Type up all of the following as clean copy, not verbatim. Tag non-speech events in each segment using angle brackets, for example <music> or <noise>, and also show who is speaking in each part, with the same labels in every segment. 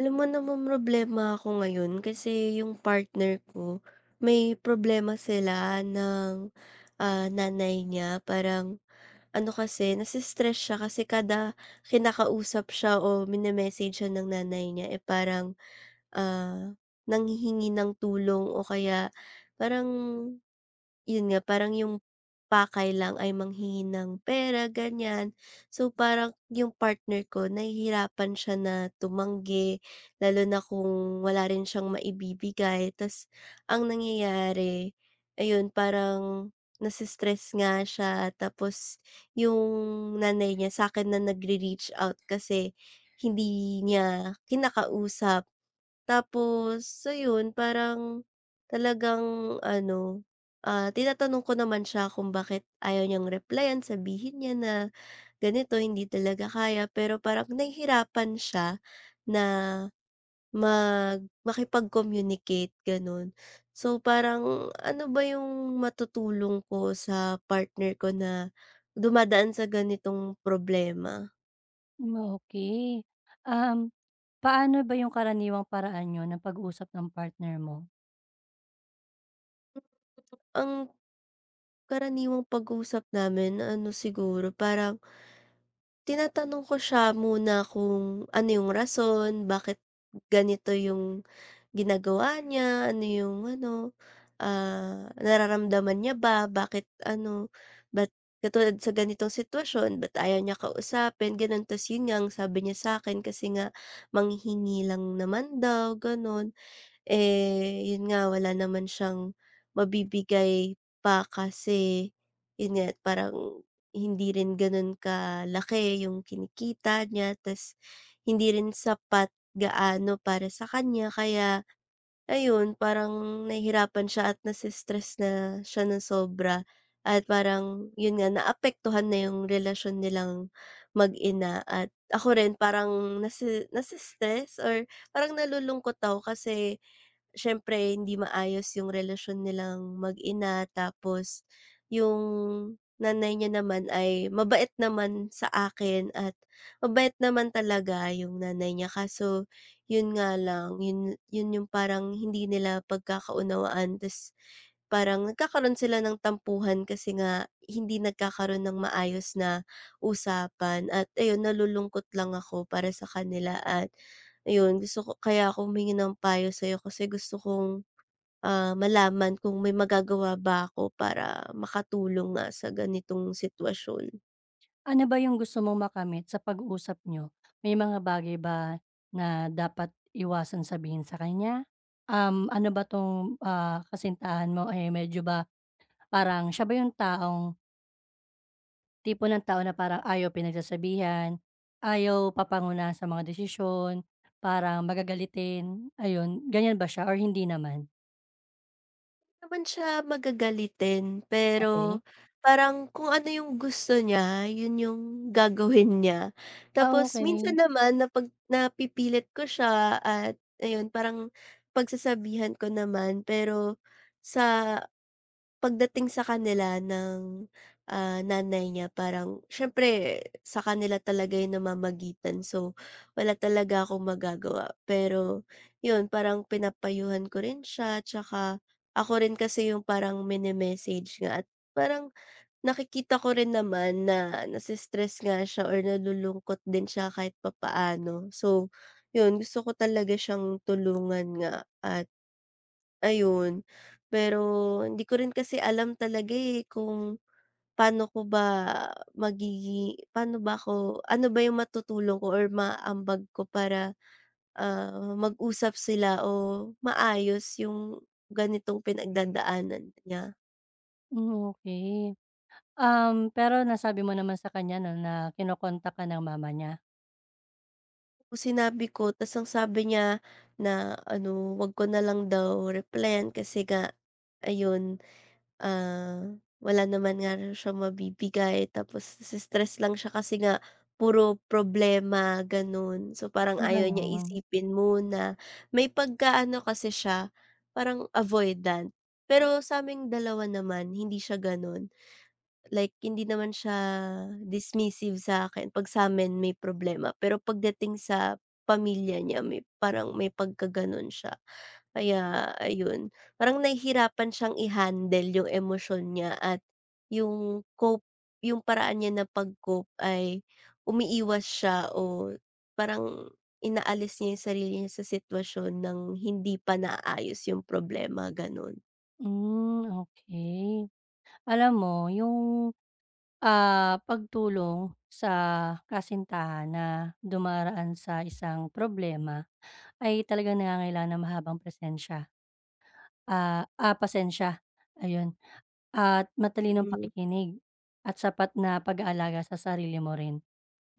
Speaker 1: Alam mo naman, problema ako ngayon kasi yung partner ko, may problema sila ng, nanay niya. Parang ano kasi, nase-stress siya kasi kada kinakausap siya o minemessage siya ng nanay niya, eh, parang, ah, nanghihingi ng tulong o kaya parang yun nga, parang yung pakay lang ay manghingi ng pera, ganyan. So, parang yung partner ko nahihirapan siya na tumanggi, lalo na kung wala rin siyang maibibigay. Tas ang nangyayari, ayun, parang nasi nga siya. Tapos yung nanay niya sa akin na nagre-reach out kasi hindi niya kinakausap. Tapos ayun parang talagang ano, tinatanong ko naman siya kung bakit ayaw niyang replyan, sabihin niya na ganito, hindi talaga kaya, pero parang nahihirapan siya na makipag-communicate gano'n. So parang ano ba yung matutulong ko sa partner ko na dumadaan sa ganitong problema?
Speaker 2: Hmm, okay Um, Paano ba yung karaniwang paraan niyo ng pag-usap ng partner mo?
Speaker 1: Ang karaniwang pag usap namin ano siguro parang tinatanong ko siya muna kung ano yung rason, bakit ganito yung ginagawa niya, ano yung ano, nararamdaman niya ba, bakit ano, ba't katulad sa ganitong sitwasyon, ba't ayaw niya kausapin, gano'n. Tapos yun nga ang sabi niya sa akin kasi nga manghingi lang naman daw, gano'n. Eh, yun nga wala naman siyang mabibigay pa kasi yun nga parang hindi rin ganun kalaki yung kinikita niya ta's hindi rin sapat gaano para sa kanya kaya ayun parang nahihirapan siya at na siya ng sobra at parang yun nga naapektuhan na yung relasyon nilang mag-ina at ako rin parang nase nase or parang nalulungkot ako kasi siyempre hindi maayos yung relasyon nilang mag-ina. Tapos yung nanay niya naman ay mabait naman sa akin at mabait naman talaga yung nanay niya, kaso yun nga lang, yun yun yung parang hindi nila pagkakaunawaan ta's parang nagkakaroon sila ng tampuhan kasi nga hindi nagkakaroon ng maayos na usapan, at ayun, nalulungkot lang ako para sa kanila. At ayun, gusto ko kaya ako humingi ng payo sa'yo kasi gusto kong, malaman kung may magagawa ba ako para makatulong nga sa ganitong sitwasyon.
Speaker 2: Ano ba yung gusto mong makamit sa pag-usap nyo? May mga bagay ba na dapat iwasan sabihin sa kanya? Ano ba 'tong, kasintahan mo, eh, medyo ba parang siya ba yung taong tipo ng tao na parang ayaw pinagsasabihan, ayaw papanguna sa mga desisyon, parang magagalitin, ayun, ganyan ba siya or hindi naman?
Speaker 1: Hindi naman siya magagalitin, pero
Speaker 2: Okay.
Speaker 1: parang kung ano yung gusto niya, yun yung gagawin niya.
Speaker 2: Ah,
Speaker 1: Tapos minsan
Speaker 2: okey.
Speaker 1: naman napipilit ko siya, at ayun parang pagsasabihan ko naman, pero sa pagdating sa kanila ng, nanay niya parang siyempre sa kanila talaga yung namamagitan so wala talaga akong magagawa. Pero yun parang pinapayuhan ko rin siya, tsaka ako rin kasi yung parang mine-message nga, at parang nakikita ko rin naman na nga siya or nalulungkot din siya kahit papaano. So yun, gusto ko talaga siyang tulungan nga at ayun, pero hindi ko rin kasi alam talaga, eh, kung paano ko ba paano ba ako ano ba yung matutulong ko or maaambag ko para, mag-usap sila o maayos yung ganitong pinagdadaanan niya.
Speaker 2: Hmm, okay Pero nasabi mo naman sa kanya 'no na kinokontak ka ng mama niya?
Speaker 1: Tapos sinabi ko ta's ang sabi niya na ano, 'wag ko na lang daw replyan kasi nga ayun, Ah, wala naman nga raw siyang mabibigay tapos stress lang siya kasi nga puro problema gano'n. So, parang ayaw niya
Speaker 2: Gano'n.
Speaker 1: isipin muna, may pagka-ano kasi siya, parang avoidant. Pero sa saming dalawa naman hindi siya gano'n. Like hindi naman siya dismissive sa'kin 'pag sa'min may problema, pero pagdating sa pamilya niya may parang may pagkagano'n siya. Kaya ayun, parang nahihirapan siyang i-handle yung emosyon niya at yung cope yung paraan niya na pag-cope ay umiiwas siya o parang inaalis niya yung sarili niya sa sitwasyon ng hindi pa naayos yung problema, gano'n.
Speaker 2: Hmm, okay. Alam mo yung, pagtulong sa kasintahan na dumaraan sa isang problema ay talagang nangangailangan ng mahabang presensya, pasensya, ayun, at matalinong
Speaker 1: Hmm.
Speaker 2: pakikinig at sapat na pag-aalaga sa sarili mo rin.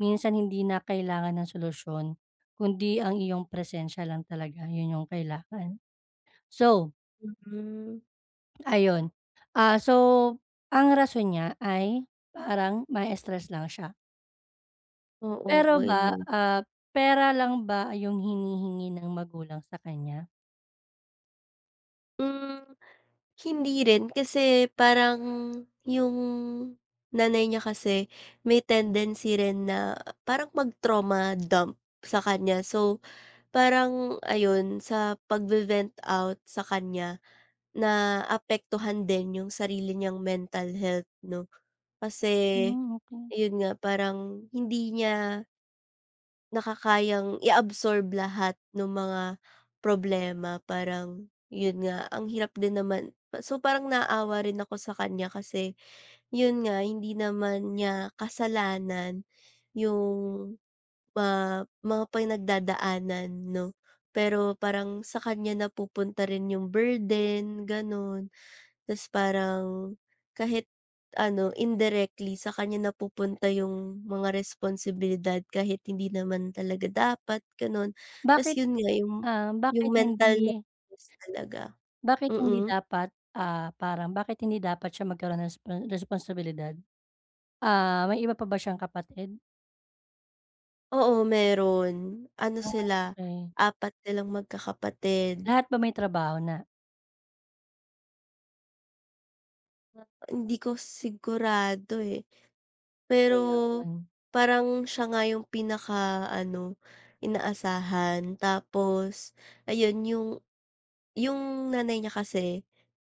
Speaker 2: Minsan hindi na kailangan ng solusyon, kundi ang iyong presensya lang talaga, yun yung kailangan. So,
Speaker 1: Hmm,
Speaker 2: ayun, so, ang rason niya ay parang ma-stress lang siya.
Speaker 1: oo,
Speaker 2: Pero ba,
Speaker 1: ayun.
Speaker 2: pera lang ba yung hinihingi ng magulang sa kanya?
Speaker 1: Hmm. Hindi rin kasi parang yung nanay niya kasi may tendency rin na parang mag-trauma dump sa kanya. So, parang ayun sa pag vent out sa kanya na naapektuhan din yung sarili niyang mental health 'no. Kasi
Speaker 2: Hmm, okey.
Speaker 1: ayun nga parang hindi niya nakakayang i-absorb lahat nung mga problema, parang yun nga ang hirap din naman. So parang naawa rin ako sa kanya kasi yun nga hindi naman niya kasalanan yung, mga pinagdadaanan 'no. Pero parang sa kanya napupunta rin yung burden, gano'n. Ta's parang kahit ano, indirectly sa kanya napupunta yung mga responsibilidad kahit hindi naman talaga dapat, gano'n. Ta's
Speaker 2: Bakit,
Speaker 1: yun nga yung
Speaker 2: ah,
Speaker 1: mental na stress talaga,
Speaker 2: bakit hindi
Speaker 1: mm.
Speaker 2: dapat, ah, parang bakit hindi dapat siya magkaroon ng responsibilidad? Ah, may iba pa ba siyang kapatid?
Speaker 1: Oo, meron. Ano
Speaker 2: Ah,
Speaker 1: sila,
Speaker 2: okey.
Speaker 1: apat silang magkakapatid.
Speaker 2: Lahat ba may trabaho na?
Speaker 1: Hindi ko sigurado, eh, pero
Speaker 2: Ayun. Hmm.
Speaker 1: parang siya nga yung pinaka-ano, inaasahan. Tapos ayun, yung nanay niya kasi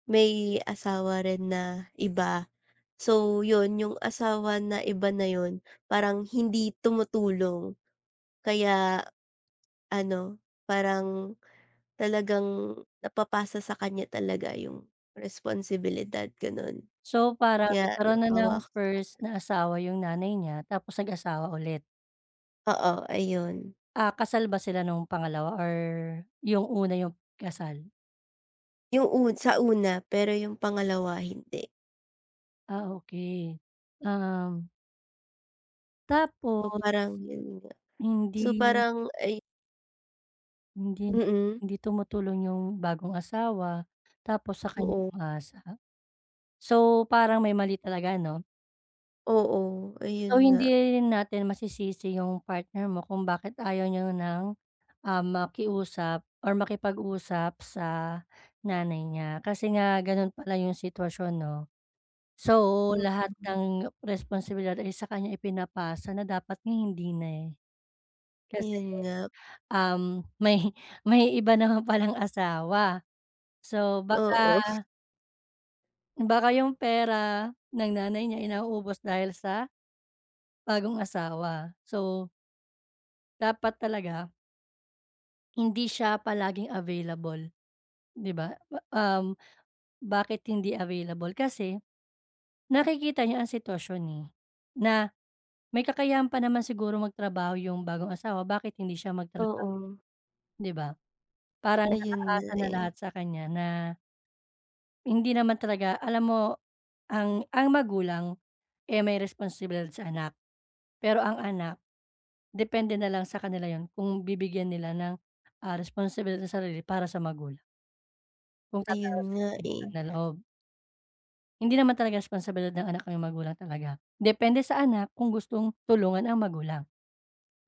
Speaker 1: may asawa rin na iba. So yun, yung asawa na iba na yun parang hindi tumutulong. Kaya ano, parang talagang napapasa sa kanya talaga yung responsibilidad, ganun.
Speaker 2: So, parang
Speaker 1: Kaya
Speaker 2: nagkaroon na ng
Speaker 1: naawa ako,
Speaker 2: first na asawa yung nanay niya tapos nag-asawa ulit.
Speaker 1: oo, ayun.
Speaker 2: Ah, kasal ba sila nung pangalawa or yung una yung kasal?
Speaker 1: Yung sa una, pero yung pangalawa hindi.
Speaker 2: Ah, okey. Um,
Speaker 1: So
Speaker 2: Tapos
Speaker 1: parang yun nga.
Speaker 2: hindi
Speaker 1: So parang ay
Speaker 2: hindi na
Speaker 1: mm,
Speaker 2: hindi tumutulong yung bagong asawa tapos saka niya
Speaker 1: oo.
Speaker 2: umaasa. So, parang may mali talaga 'no?
Speaker 1: Oo, ayun
Speaker 2: So,
Speaker 1: nga,
Speaker 2: hindi natin masisisi yung partner mo kung bakit ayaw niya ng makiusap or makipag-usap sa nanay niya kasi nga gano'n pala yung sitwasyon 'no. So, Mm. lahat
Speaker 1: mm.
Speaker 2: ng responsibilidad ay sa kanya ipinapasa na dapat nga hindi na, eh. Kasi,
Speaker 1: Ayun nga,
Speaker 2: may <laughs> may iba naman palang asawa. So, baka
Speaker 1: oo,
Speaker 2: baka yung pera ng nanay niya inaubos dahil sa bagong asawa. So, dapat talaga hindi siya palaging available, 'di ba? Um Bakit hindi available? Kasi nakikita niya ang sitwasyon, na may kakayahan pa naman siguro magtrabaho yung bagong asawa, bakit hindi siya magtrabaho,
Speaker 1: oo.
Speaker 2: 'di ba? Parang
Speaker 1: Ayun nga,
Speaker 2: nakaasa na
Speaker 1: eh,
Speaker 2: lahat sa kanya na hindi naman talaga alam mo ang magulang, eh, may responsibilidad sa anak, pero ang anak depende na lang sa kanila yon, kung bibigyan nila ng, responsibilidad sa sarili para sa magulang, kung
Speaker 1: ayun
Speaker 2: magkakaroon sila
Speaker 1: nga,
Speaker 2: ng
Speaker 1: eh.
Speaker 2: utang na loob. Hindi naman talaga responsibilidad ng anak ang magulang talaga. Depende sa anak kung gustong tulungan ang magulang,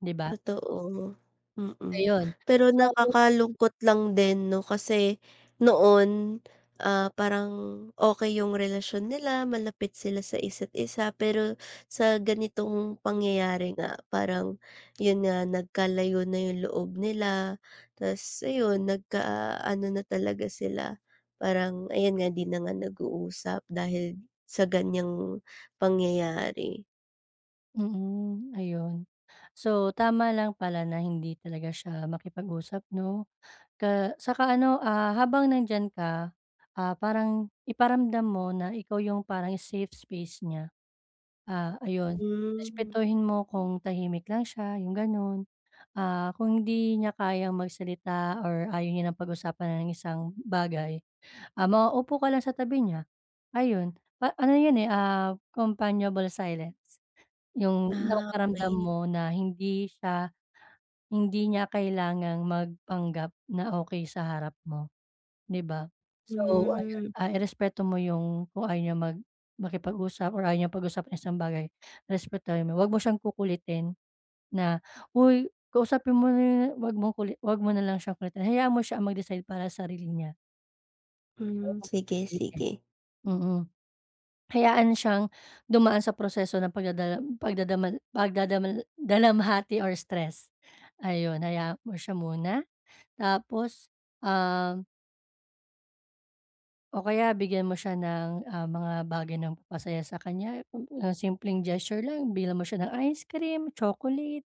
Speaker 2: 'di ba?
Speaker 1: Totoo, mm.
Speaker 2: Ayun.
Speaker 1: Pero
Speaker 2: So
Speaker 1: nakakalungkot lang din 'no kasi noon, parang okey yung relasyon nila, malapit sila sa isa't isa, pero sa ganitong pangyayari nga parang yun nga nagkalayo na yung loob nila, ta's ayun nagka-ano na talaga sila, parang ayan nga 'di na nga nag-uusap dahil sa ganiyang pangyayari.
Speaker 2: ayun. So, tama lang pala na hindi talaga siya makipag-usap 'no? Saka ano, habang nandiyan ka, parang iparamdam mo na ikaw yung parang safe space niya. Ah, ayun,
Speaker 1: Hmm,
Speaker 2: respetuhin mo kung tahimik lang siya, yung gano'n. Ah, kung hindi niya kayang magsalita or ayaw niya ng pag-usapan ng isang bagay. Ah, mauupo ka lang sa tabi niya, ayun. Pa ano yun, eh, companionable silence, yung
Speaker 1: ah,
Speaker 2: napaparamdam
Speaker 1: okey,
Speaker 2: mo na hindi niya kailangang magpanggap na okey sa harap mo, 'di ba? So, ayan,
Speaker 1: hmm.
Speaker 2: irespeto mo yung kung ayaw niya makipag-usap or ayaw niyang pag-usapan ng isang bagay, respetuhin mo. Huwag mo siyang kukulitin na, "Uy, kausapin mo na" 'yun." huwag mong kuli Huwag mo na lang siyang kulitin, hayaan mo siya ang mag-decide para sa sarili niya, huwag
Speaker 1: Hmm,
Speaker 2: mong
Speaker 1: sige,
Speaker 2: pipilitin.
Speaker 1: sige.
Speaker 2: Mm. Hayaan siyang dumaan sa proseso ng pagdadala pagdadamal pagdadamal dalamhati or stress. Ayun, hayaan mo siya muna tapos, um, o kaya bigyan mo siya ng, mga bagay na magpapasaya sa kanya. Simpleng gesture lang, bilhan mo siya ng ice cream, chocolate,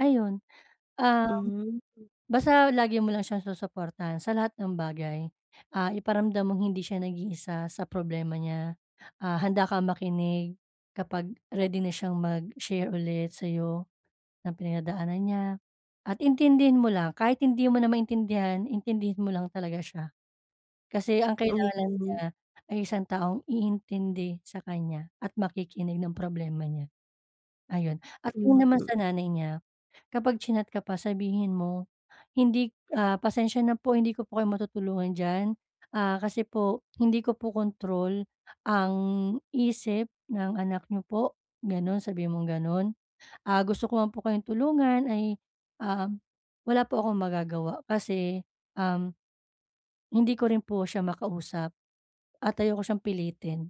Speaker 2: ayun. Ah
Speaker 1: Hmm,
Speaker 2: Basta lagi mo lang siyang susuportahan sa lahat ng bagay. Ah, iparamdam mong hindi siya nag-iisa sa problema niya. Ah, handa kang makinig kapag ready na siyang mag-share ulit sa'yo ng pinagdadaanan niya. At intindihin mo lang, kahit hindi mo na maintindihan, intindihin mo lang talaga siya. Kasi ang kailangan
Speaker 1: ayun
Speaker 2: lang
Speaker 1: nga.
Speaker 2: niya ay isang taong iintindi sa kanya at makikinig ng problema niya, ayun. At 'yun
Speaker 1: Hmm,
Speaker 2: naman sa nanay niya, kapag chinat ka pa sabihin mo hindi, pasensya na po hindi ko po kayo matutulungan diyan. Ah, kasi po hindi ko po control ang isip ng anak niyo po, gano'n, sabi mong gano'n. Ah, gusto ko man po kayong tulungan ay, um, wala po akong magagawa kasi, um, hindi ko rin po siya makausap at ayoko siyang pilitin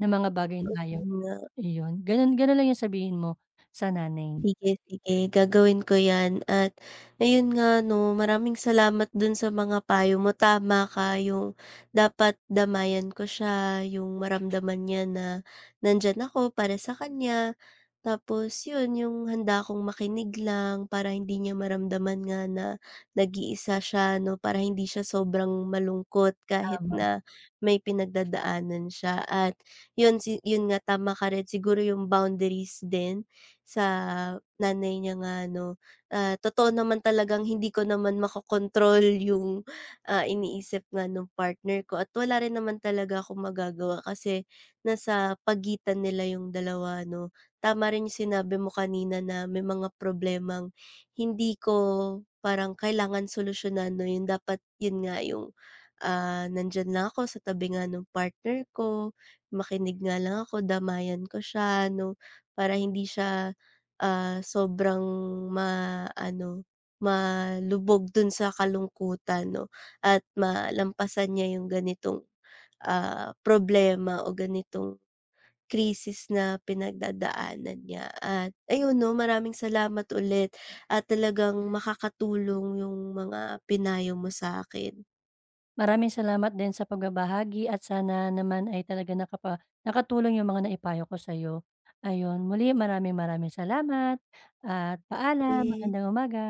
Speaker 2: ng mga bagay na ayaw
Speaker 1: nga.
Speaker 2: iyon. Gano'n gano'n lang yung sabihin mo sa nanay,
Speaker 1: Sige, sige, gagawin ko 'yan. At ayun nga 'no, maraming salamat dun sa mga payo mo. Tama ka, yung dapat damayan ko siya, yung maramdaman niya na nandiyan ako para sa kanya. Tapos yun, yung handa akong makinig lang para hindi niya maramdaman nga na nag-iisa siya 'no, para hindi siya sobrang malungkot kahit
Speaker 2: tama.
Speaker 1: na may pinagdadaanan siya. At yun nga tama ka rin siguro, yung boundaries din sa nanay niya nga 'no. Ah, totoo naman talagang hindi ko naman makokontrol yung, iniisip nga nung partner ko, at wala rin naman talaga akong magagawa kasi nasa pagitan nila yung dalawa 'no. Tama rin yung sinabi mo kanina na may mga problemang hindi ko parang kailangan solusyonan 'no, yung dapat yun nga yung, nandiyan lang ako sa tabi nga nung partner ko, makinig nga lang ako, damayan ko siya 'no, para hindi siya sobrang maano, malubog dun sa kalungkutan 'no, at malampasan niya yung ganitong, problema o ganitong krisis na pinagdadaanan niya. At ayun 'no, maraming salamat ulit at talagang makakatulong yung mga pinayo mo sa'kin.
Speaker 2: Maraming salamat din sa pagbabahagi at sana naman ay talaga nakatulong yung mga naipayo ko sa'yo. Ayun, muli maraming maraming salamat at paalam,
Speaker 1: Ye
Speaker 2: magandang umaga.